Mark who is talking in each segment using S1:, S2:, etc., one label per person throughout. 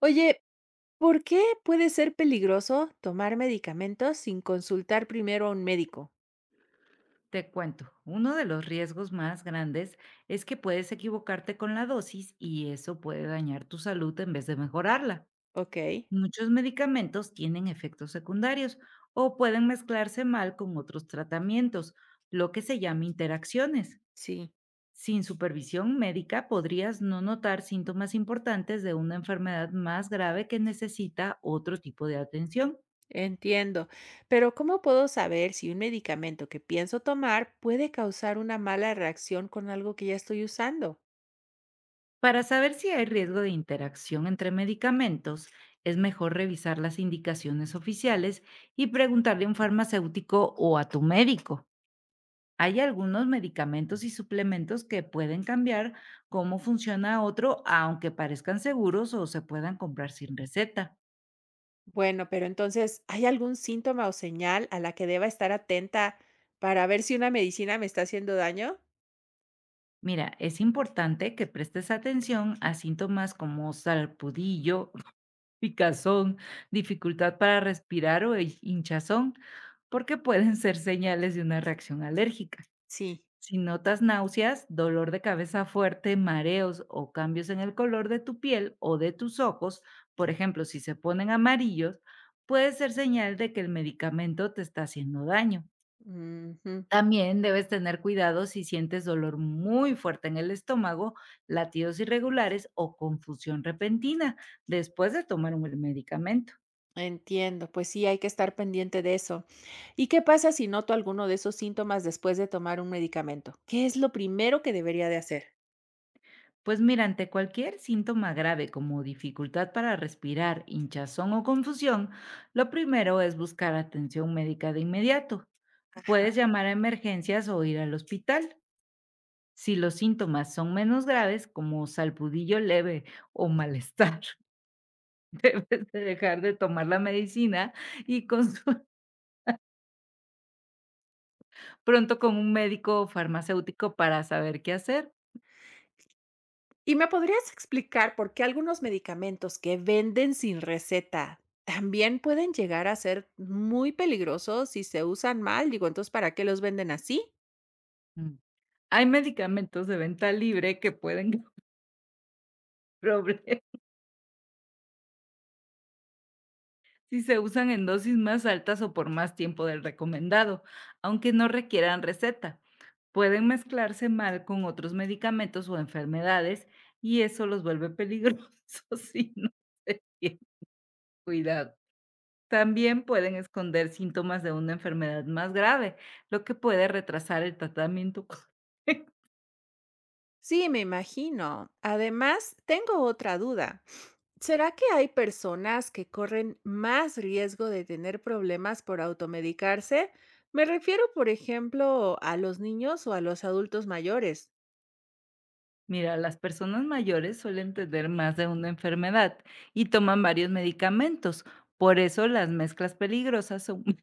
S1: Oye, ¿por qué puede ser peligroso tomar medicamentos sin consultar primero a un médico?
S2: Te cuento, uno de los riesgos más grandes es que puedes equivocarte con la dosis y eso puede dañar tu salud en vez de mejorarla.
S1: Ok,
S2: Muchos medicamentos tienen efectos secundarios o pueden mezclarse mal con otros tratamientos, lo que se llama interacciones.
S1: sí,
S2: Sin supervisión médica podrías no notar síntomas importantes de una enfermedad más grave que necesita otro tipo de atención.
S1: entiendo. Pero ¿cómo puedo saber si un medicamento que pienso tomar puede causar una mala reacción con algo que ya estoy usando?
S2: Para saber si hay riesgo de interacción entre medicamentos, es mejor revisar las indicaciones oficiales y preguntarle a un farmacéutico o a tu médico. Hay algunos medicamentos y suplementos que pueden cambiar cómo funciona otro, aunque parezcan seguros o se puedan comprar sin receta.
S1: Bueno, pero entonces, ¿hay algún síntoma o señal a la que deba estar atenta para ver si una medicina me está haciendo daño?
S2: Mira, es importante que prestes atención a síntomas como salpudillo, picazón, dificultad para respirar o hinchazón, porque pueden ser señales de una reacción alérgica.
S1: Sí.
S2: Si notas náuseas, dolor de cabeza fuerte, mareos o cambios en el color de tu piel o de tus ojos, por ejemplo, si se ponen amarillos, puede ser señal de que el medicamento te está haciendo daño. También debes tener cuidado si sientes dolor muy fuerte en el estómago, latidos irregulares o confusión repentina después de tomar un medicamento.
S1: Entiendo, pues sí, hay que estar pendiente de eso. ¿Y qué pasa si noto alguno de esos síntomas después de tomar un medicamento? ¿Qué es lo primero que debería de hacer?
S2: Pues mira, ante cualquier síntoma grave como dificultad para respirar, hinchazón o confusión, lo primero es buscar atención médica de inmediato. Puedes llamar a emergencias o ir al hospital. Si los síntomas son menos graves, como salpudillo leve o malestar, debes de dejar de tomar la medicina y consulta pronto con un médico o farmacéutico para saber qué hacer.
S1: ¿Y me podrías explicar por qué algunos medicamentos que venden sin receta también pueden llegar a ser muy peligrosos si se usan mal? Digo, entonces, ¿para qué los venden así?
S2: Mm. Hay medicamentos de venta libre que pueden problemas. Si se usan en dosis más altas o por más tiempo del recomendado, aunque no requieran receta. Pueden mezclarse mal con otros medicamentos o enfermedades y eso los vuelve peligrosos si no se tiene cuidado. También pueden esconder síntomas de una enfermedad más grave, lo que puede retrasar el tratamiento.
S1: Sí, me imagino. Además, tengo otra duda. ¿Será que hay personas que corren más riesgo de tener problemas por automedicarse? Me refiero, por ejemplo, a los niños o a los adultos mayores.
S2: Mira, las personas mayores suelen tener más de una enfermedad y toman varios medicamentos. Por eso las mezclas peligrosas son muy.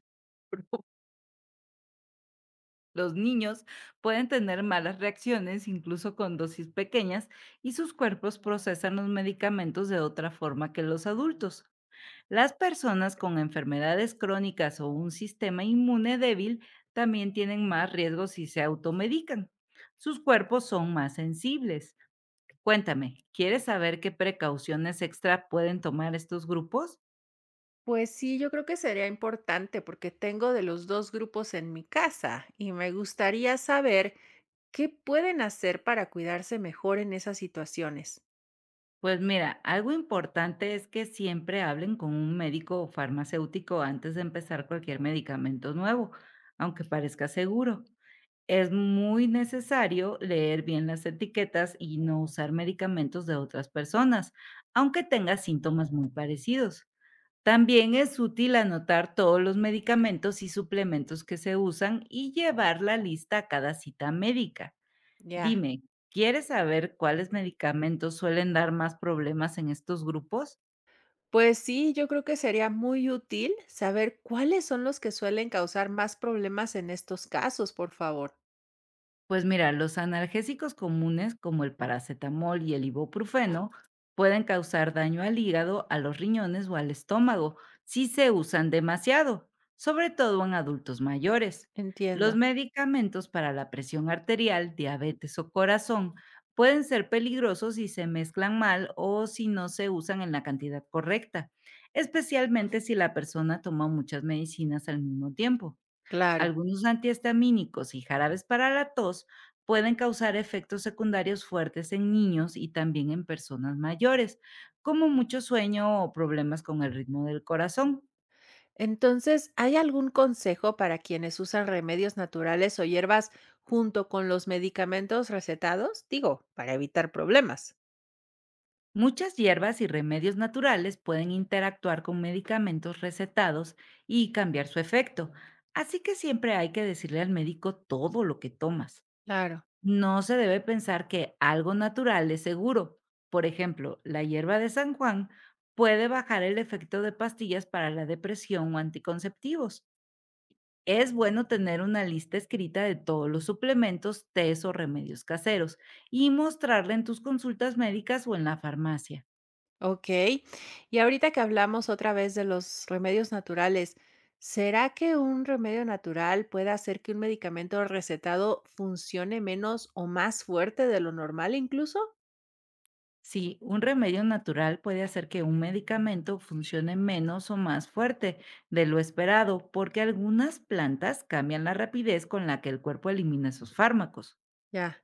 S2: Los niños pueden tener malas reacciones incluso con dosis pequeñas y sus cuerpos procesan los medicamentos de otra forma que los adultos. Las personas con enfermedades crónicas o un sistema inmune débil también tienen más riesgo si se automedican. Sus cuerpos son más sensibles. Cuéntame, ¿quieres saber qué precauciones extra pueden tomar estos grupos?
S1: Pues sí, yo creo que sería importante porque tengo de los dos grupos en mi casa y me gustaría saber qué pueden hacer para cuidarse mejor en esas situaciones.
S2: Pues mira, algo importante es que siempre hablen con un médico o farmacéutico antes de empezar cualquier medicamento nuevo, aunque parezca seguro. Es muy necesario leer bien las etiquetas y no usar medicamentos de otras personas, aunque tenga síntomas muy parecidos. También es útil anotar todos los medicamentos y suplementos que se usan y llevar la lista a cada cita médica.
S1: Ya.
S2: Dime, ¿quieres saber cuáles medicamentos suelen dar más problemas en estos grupos?
S1: Pues sí, yo creo que sería muy útil saber cuáles son los que suelen causar más problemas en estos casos, por favor.
S2: Pues mira, los analgésicos comunes como el paracetamol y el ibuprofeno pueden causar daño al hígado, a los riñones o al estómago si se usan demasiado, sobre todo en adultos mayores. Los
S1: Entiendo.
S2: medicamentos para la presión arterial, diabetes o corazón pueden ser peligrosos si se mezclan mal o si no se usan en la cantidad correcta, especialmente si la persona toma muchas medicinas al mismo tiempo.
S1: Claro.
S2: Algunos antihistamínicos y jarabes para la tos pueden causar efectos secundarios fuertes en niños y también en personas mayores, como mucho sueño o problemas con el ritmo del corazón.
S1: Entonces, ¿hay algún consejo para quienes usan remedios naturales o hierbas junto con los medicamentos recetados? Digo, para evitar problemas.
S2: Muchas hierbas y remedios naturales pueden interactuar con medicamentos recetados y cambiar su efecto, así que siempre hay que decirle al médico todo lo que tomas.
S1: Claro.
S2: No se debe pensar que algo natural es seguro. Por ejemplo, la hierba de San Juan puede bajar el efecto de pastillas para la depresión o anticonceptivos. Es bueno tener una lista escrita de todos los suplementos, tés o remedios caseros y mostrarla en tus consultas médicas o en la farmacia.
S1: Ok. Y ahorita que hablamos otra vez de los remedios naturales, ¿será que un remedio natural puede hacer que un medicamento recetado funcione menos o más fuerte de lo normal incluso?
S2: Sí, un remedio natural puede hacer que un medicamento funcione menos o más fuerte de lo esperado, porque algunas plantas cambian la rapidez con la que el cuerpo elimina esos fármacos.
S1: Ya.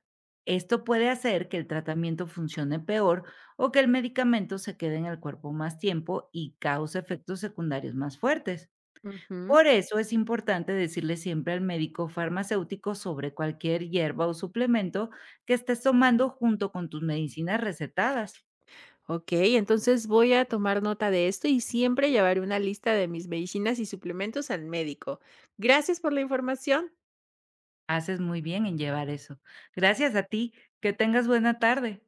S2: Esto puede hacer que el tratamiento funcione peor o que el medicamento se quede en el cuerpo más tiempo y cause efectos secundarios más fuertes.
S1: Ujú.
S2: Por eso es importante decirle siempre al médico farmacéutico sobre cualquier hierba o suplemento que estés tomando junto con tus medicinas recetadas.
S1: Ok, entonces voy a tomar nota de esto y siempre llevaré una lista de mis medicinas y suplementos al médico. Gracias por la información.
S2: Haces muy bien en llevar eso. Gracias a ti. Que tengas buena tarde.